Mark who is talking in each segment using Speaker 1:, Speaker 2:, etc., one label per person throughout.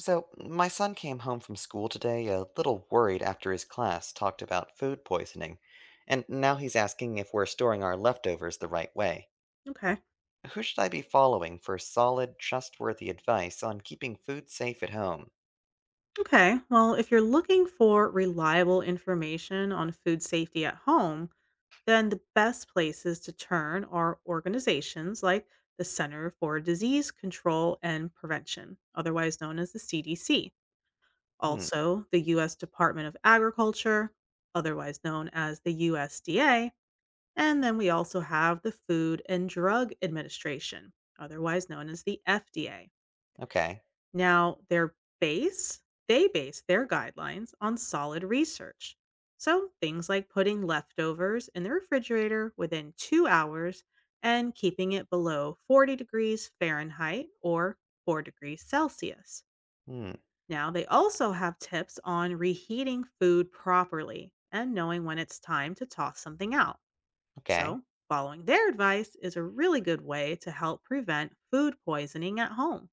Speaker 1: So, my son came home from school today a little worried after his class talked about food poisoning, and now he's asking if we're storing our leftovers the right way.
Speaker 2: Okay.
Speaker 1: Who should I be following for solid, trustworthy advice on keeping food safe at home?
Speaker 2: Okay. Well, if you're looking for reliable information on food safety at home, then the best places to turn are organizations like the Center for Disease Control and Prevention, otherwise known as the CDC.
Speaker 1: Hmm,
Speaker 2: Also, the U.S. Department of Agriculture, otherwise known as the USDA. And then we also have the Food and Drug Administration, otherwise known as the FDA.
Speaker 1: okay.
Speaker 2: Now, they base their guidelines on solid research. So, things like putting leftovers in the refrigerator within 2 hours and keeping it below 40 degrees Fahrenheit or 4 degrees Celsius.
Speaker 1: Hmm,
Speaker 2: Now, they also have tips on reheating food properly and knowing when it's time to toss something out.
Speaker 1: okay.
Speaker 2: So, following their advice is a really good way to help prevent food poisoning at home.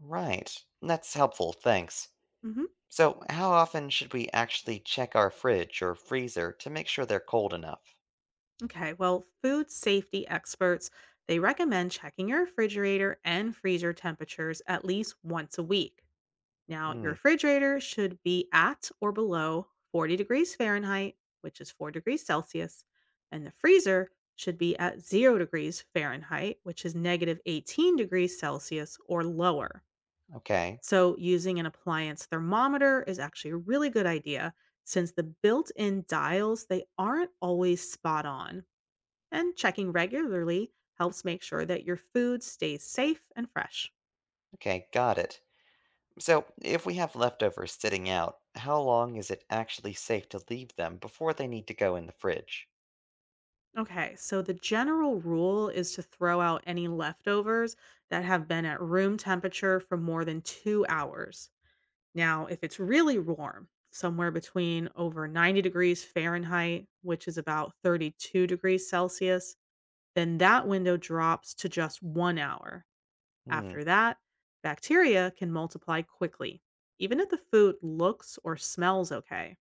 Speaker 1: Right. That's helpful, thanks.
Speaker 2: Mhm.
Speaker 1: So, how often should we actually check our fridge or freezer to make sure they're cold enough?
Speaker 2: Okay, well, food safety experts, they recommend checking your refrigerator and freezer temperatures at least once a week. Now, your
Speaker 1: Hmm,
Speaker 2: refrigerator should be at or below 40 degrees Fahrenheit, which is 4 degrees Celsius, and the freezer should be at 0 degrees Fahrenheit, which is negative 18 degrees Celsius or lower.
Speaker 1: okay.
Speaker 2: So, using an appliance thermometer is actually a really good idea since the built-in dials they aren't always spot on, and checking regularly helps make sure that your food stays safe and fresh.
Speaker 1: Okay, got it. So, if we have leftovers sitting out, how long is it actually safe to leave them before they need to go in the fridge?
Speaker 2: Okay, so the general rule is to throw out any leftovers that have been at room temperature for more than 2 hours. Now, if it's really warm, somewhere between over 90 degrees Fahrenheit, which is about 32 degrees Celsius, then that window drops to just 1 hour.
Speaker 1: Hmm,
Speaker 2: After that, bacteria can multiply quickly, even if the food looks or smells okay.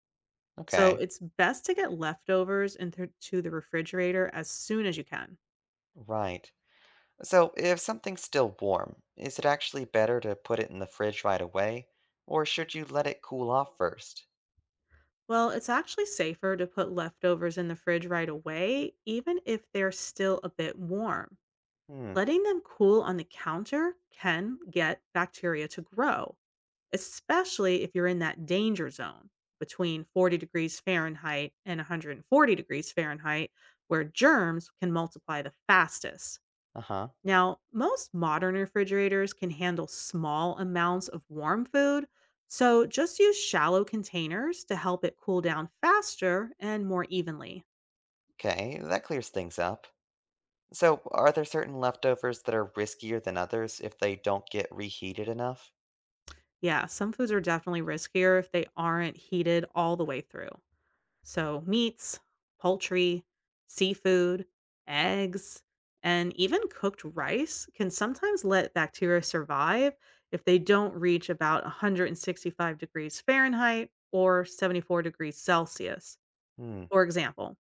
Speaker 2: So
Speaker 1: okay,
Speaker 2: it's best to get leftovers into to the refrigerator as soon as you can.
Speaker 1: right. So, if something's still warm, is it actually better to put it in the fridge right away, or should you let it cool off first?
Speaker 2: Well, it's actually safer to put leftovers in the fridge right away, even if they're still a bit warm.
Speaker 1: Hmm,
Speaker 2: Letting them cool on the counter can get bacteria to grow, especially if you're in that danger zone between 40 degrees Fahrenheit and 140 degrees Fahrenheit, where germs can multiply the fastest.
Speaker 1: uh huh,
Speaker 2: Now, most modern refrigerators can handle small amounts of warm food, so just use shallow containers to help it cool down faster and more evenly.
Speaker 1: okay, that clears things up. So, are there certain leftovers that are riskier than others if they don't get reheated enough?
Speaker 2: Yeah, some foods are definitely riskier if they aren't heated all the way through. So, meats, poultry, seafood, eggs, and even cooked rice can sometimes let bacteria survive if they don't reach about 165 degrees Fahrenheit or 74 degrees Celsius.
Speaker 1: Hmm,
Speaker 2: For example,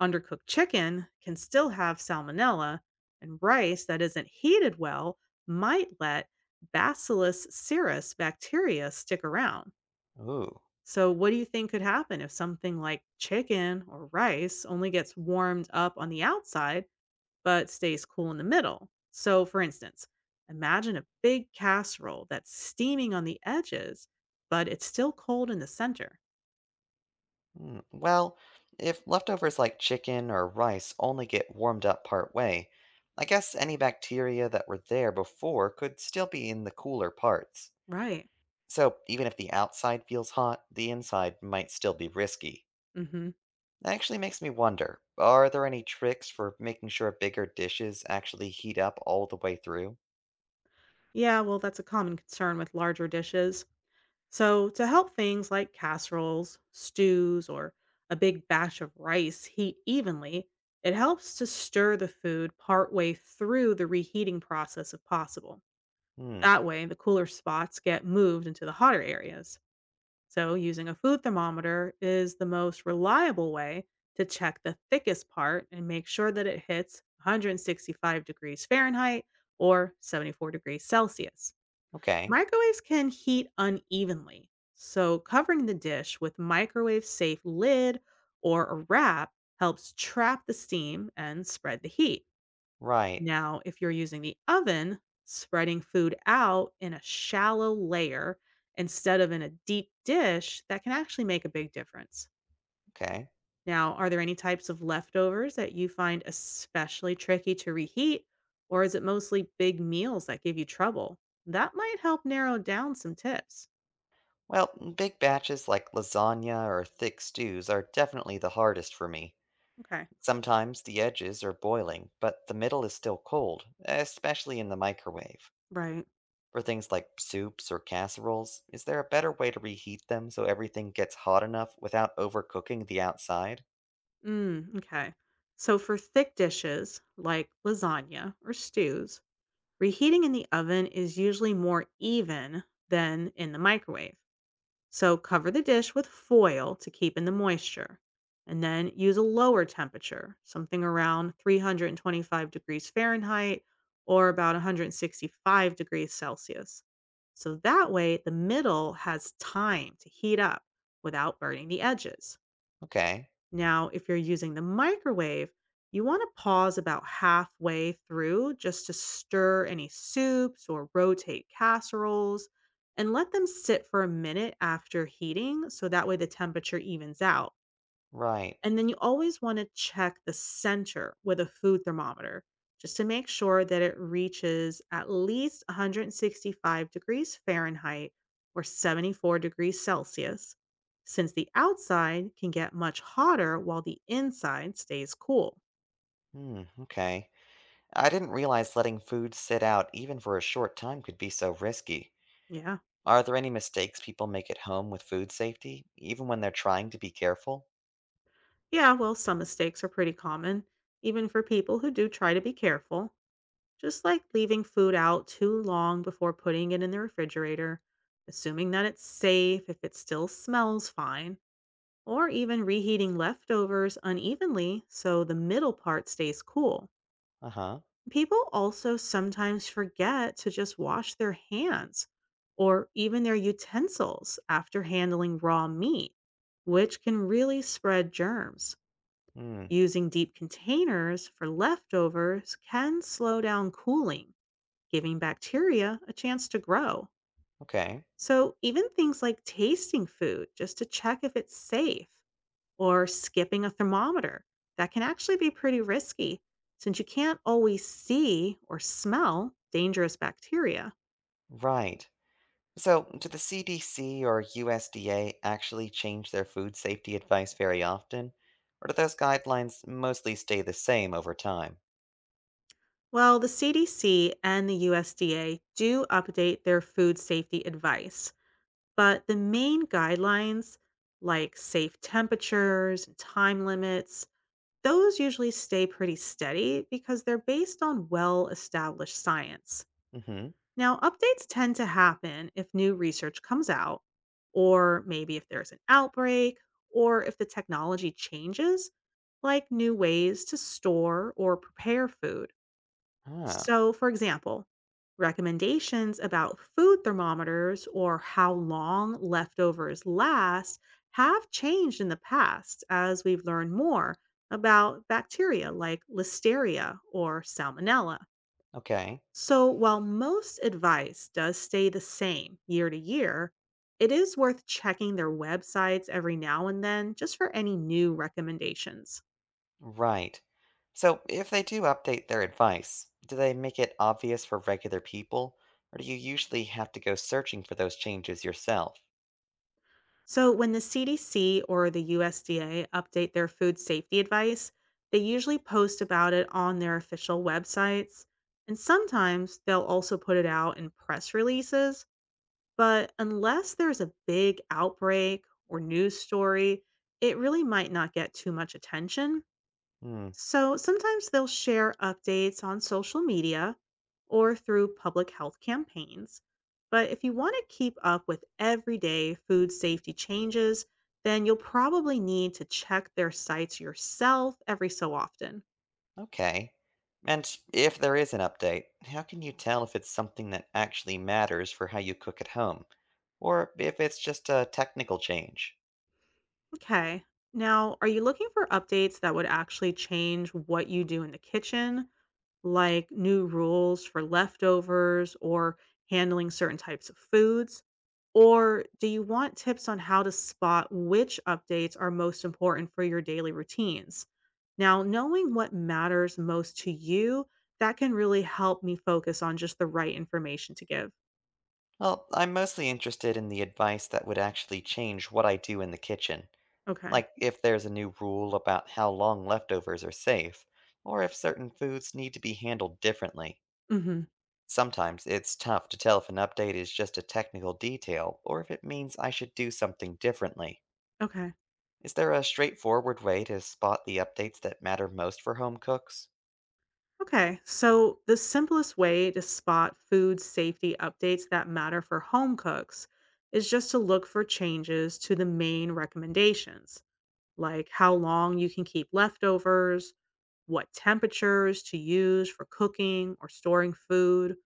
Speaker 2: undercooked chicken can still have salmonella, and rice that isn't heated well might let Bacillus cereus bacteria stick around.
Speaker 1: ooh.
Speaker 2: So, what do you think could happen if something like chicken or rice only gets warmed up on the outside but stays cool in the middle? So, for instance, imagine a big casserole that's steaming on the edges, but it's still cold in the center.
Speaker 1: Mm, well, if leftovers like chicken or rice only get warmed up part way, I guess any bacteria that were there before could still be in the cooler parts.
Speaker 2: Right.
Speaker 1: So even if the outside feels hot, the inside might still be risky.
Speaker 2: Mm-hmm. Mhm.
Speaker 1: That actually makes me wonder, are there any tricks for making sure bigger dishes actually heat up all the way through?
Speaker 2: Yeah, well, that's a common concern with larger dishes. So, to help things like casseroles, stews, or a big batch of rice heat evenly, it helps to stir the food partway through the reheating process if possible.
Speaker 1: Hmm,
Speaker 2: That way, the cooler spots get moved into the hotter areas. So, using a food thermometer is the most reliable way to check the thickest part and make sure that it hits 165 degrees Fahrenheit or 74 degrees Celsius.
Speaker 1: okay,
Speaker 2: Microwaves can heat unevenly, so covering the dish with microwave safe lid or a wrap helps trap the steam and spread the heat.
Speaker 1: right,
Speaker 2: Now, if you're using the oven, spreading food out in a shallow layer instead of in a deep dish, that can actually make a big difference.
Speaker 1: okay.
Speaker 2: Now, are there any types of leftovers that you find especially tricky to reheat, or is it mostly big meals that give you trouble? That might help narrow down some tips.
Speaker 1: Well, big batches like lasagna or thick stews are definitely the hardest for me.
Speaker 2: Okay.
Speaker 1: Sometimes the edges are boiling, but the middle is still cold, especially in the microwave.
Speaker 2: Right.
Speaker 1: For things like soups or casseroles, is there a better way to reheat them so everything gets hot enough without overcooking the outside?
Speaker 2: Mm, okay. So for thick dishes like lasagna or stews, reheating in the oven is usually more even than in the microwave. So cover the dish with foil to keep in the moisture. And then use a lower temperature, something around 325 degrees Fahrenheit or about 165 degrees Celsius. So that way, the middle has time to heat up without burning the edges.
Speaker 1: Okay,
Speaker 2: Now, if you're using the microwave, you want to pause about halfway through just to stir any soups or rotate casseroles and let them sit for a minute after heating so that way the temperature evens out.
Speaker 1: right.
Speaker 2: And then you always want to check the center with a food thermometer just to make sure that it reaches at least 165 degrees Fahrenheit or 74 degrees Celsius, since the outside can get much hotter while the inside stays cool.
Speaker 1: Hmm, okay. I didn't realize letting food sit out even for a short time could be so risky.
Speaker 2: Yeah.
Speaker 1: Are there any mistakes people make at home with food safety, even when they're trying to be careful?
Speaker 2: Yeah, well, some mistakes are pretty common, even for people who do try to be careful. Just like leaving food out too long before putting it in the refrigerator, assuming that it's safe if it still smells fine, or even reheating leftovers unevenly so the middle part stays cool.
Speaker 1: Uh huh.
Speaker 2: People also sometimes forget to just wash their hands or even their utensils after handling raw meat, which can really spread germs.
Speaker 1: Hmm,
Speaker 2: Using deep containers for leftovers can slow down cooling, giving bacteria a chance to grow.
Speaker 1: okay.
Speaker 2: So, even things like tasting food just to check if it's safe or skipping a thermometer, that can actually be pretty risky since you can't always see or smell dangerous bacteria.
Speaker 1: Right. So, do the CDC or USDA actually change their food safety advice very often? Or do those guidelines mostly stay the same over time?
Speaker 2: Well, the CDC and the USDA do update their food safety advice, but the main guidelines, like safe temperatures and time limits, those usually stay pretty steady because they're based on well established science.
Speaker 1: Mm-hmm.
Speaker 2: Now, updates tend to happen if new research comes out, or maybe if there's an outbreak, or if the technology changes, like new ways to store or prepare food.
Speaker 1: Ah,
Speaker 2: So, for example, recommendations about food thermometers or how long leftovers last have changed in the past as we've learned more about bacteria like listeria or salmonella.
Speaker 1: okay.
Speaker 2: So, while most advice does stay the same year to year, it is worth checking their websites every now and then just for any new recommendations.
Speaker 1: Right. So, if they do update their advice, do they make it obvious for regular people? Or do you usually have to go searching for those changes yourself?
Speaker 2: So, when the CDC or the USDA update their food safety advice, they usually post about it on their official websites. And sometimes they'll also put it out in press releases. But unless there's a big outbreak or news story, it really might not get too much attention.
Speaker 1: Hmm.
Speaker 2: So sometimes they'll share updates on social media or through public health campaigns. But if you want to keep up with everyday food safety changes, then you'll probably need to check their sites yourself every so often.
Speaker 1: Okay. And if there is an update, how can you tell if it's something that actually matters for how you cook at home? Or if it's just a technical change?
Speaker 2: Okay. Now, are you looking for updates that would actually change what you do in the kitchen? Like new rules for leftovers or handling certain types of foods? Or do you want tips on how to spot which updates are most important for your daily routines? Now, knowing what matters most to you, that can really help me focus on just the right information to give.
Speaker 1: Well, I'm mostly interested in the advice that would actually change what I do in the kitchen.
Speaker 2: Okay.
Speaker 1: Like if there's a new rule about how long leftovers are safe, or if certain foods need to be handled differently.
Speaker 2: Mhm.
Speaker 1: Sometimes it's tough to tell if an update is just a technical detail or if it means I should do something differently.
Speaker 2: Okay.
Speaker 1: Is there a straightforward way to spot the updates that matter most for home cooks?
Speaker 2: Okay, so the simplest way to spot food safety updates that matter for home cooks is just to look for changes to the main recommendations, like how long you can keep leftovers, what temperatures to use for cooking or storing food,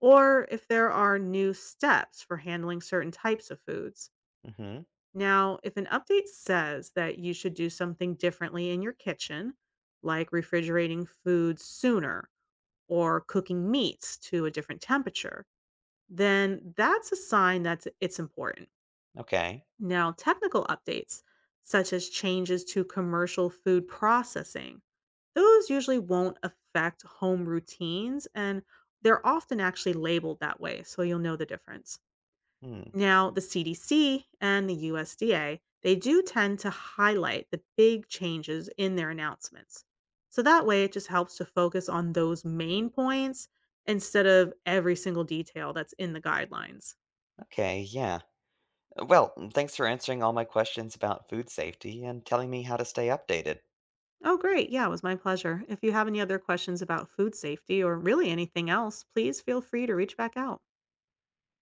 Speaker 2: or if there are new steps for handling certain types of foods.
Speaker 1: Mhm.
Speaker 2: Now, if an update says that you should do something differently in your kitchen, like refrigerating food sooner or cooking meats to a different temperature, then that's a sign that it's important.
Speaker 1: Okay.
Speaker 2: Now, technical updates, such as changes to commercial food processing, those usually won't affect home routines, and they're often actually labeled that way, so you'll know the difference.
Speaker 1: Hmm.
Speaker 2: Now, the CDC and the USDA, they do tend to highlight the big changes in their announcements. So that way it just helps to focus on those main points instead of every single detail that's in the guidelines.
Speaker 1: Okay, yeah. Well, thanks for answering all my questions about food safety and telling me how to stay updated.
Speaker 2: Oh, great. Yeah, it was my pleasure. If you have any other questions about food safety or really anything else, please feel free to reach back out.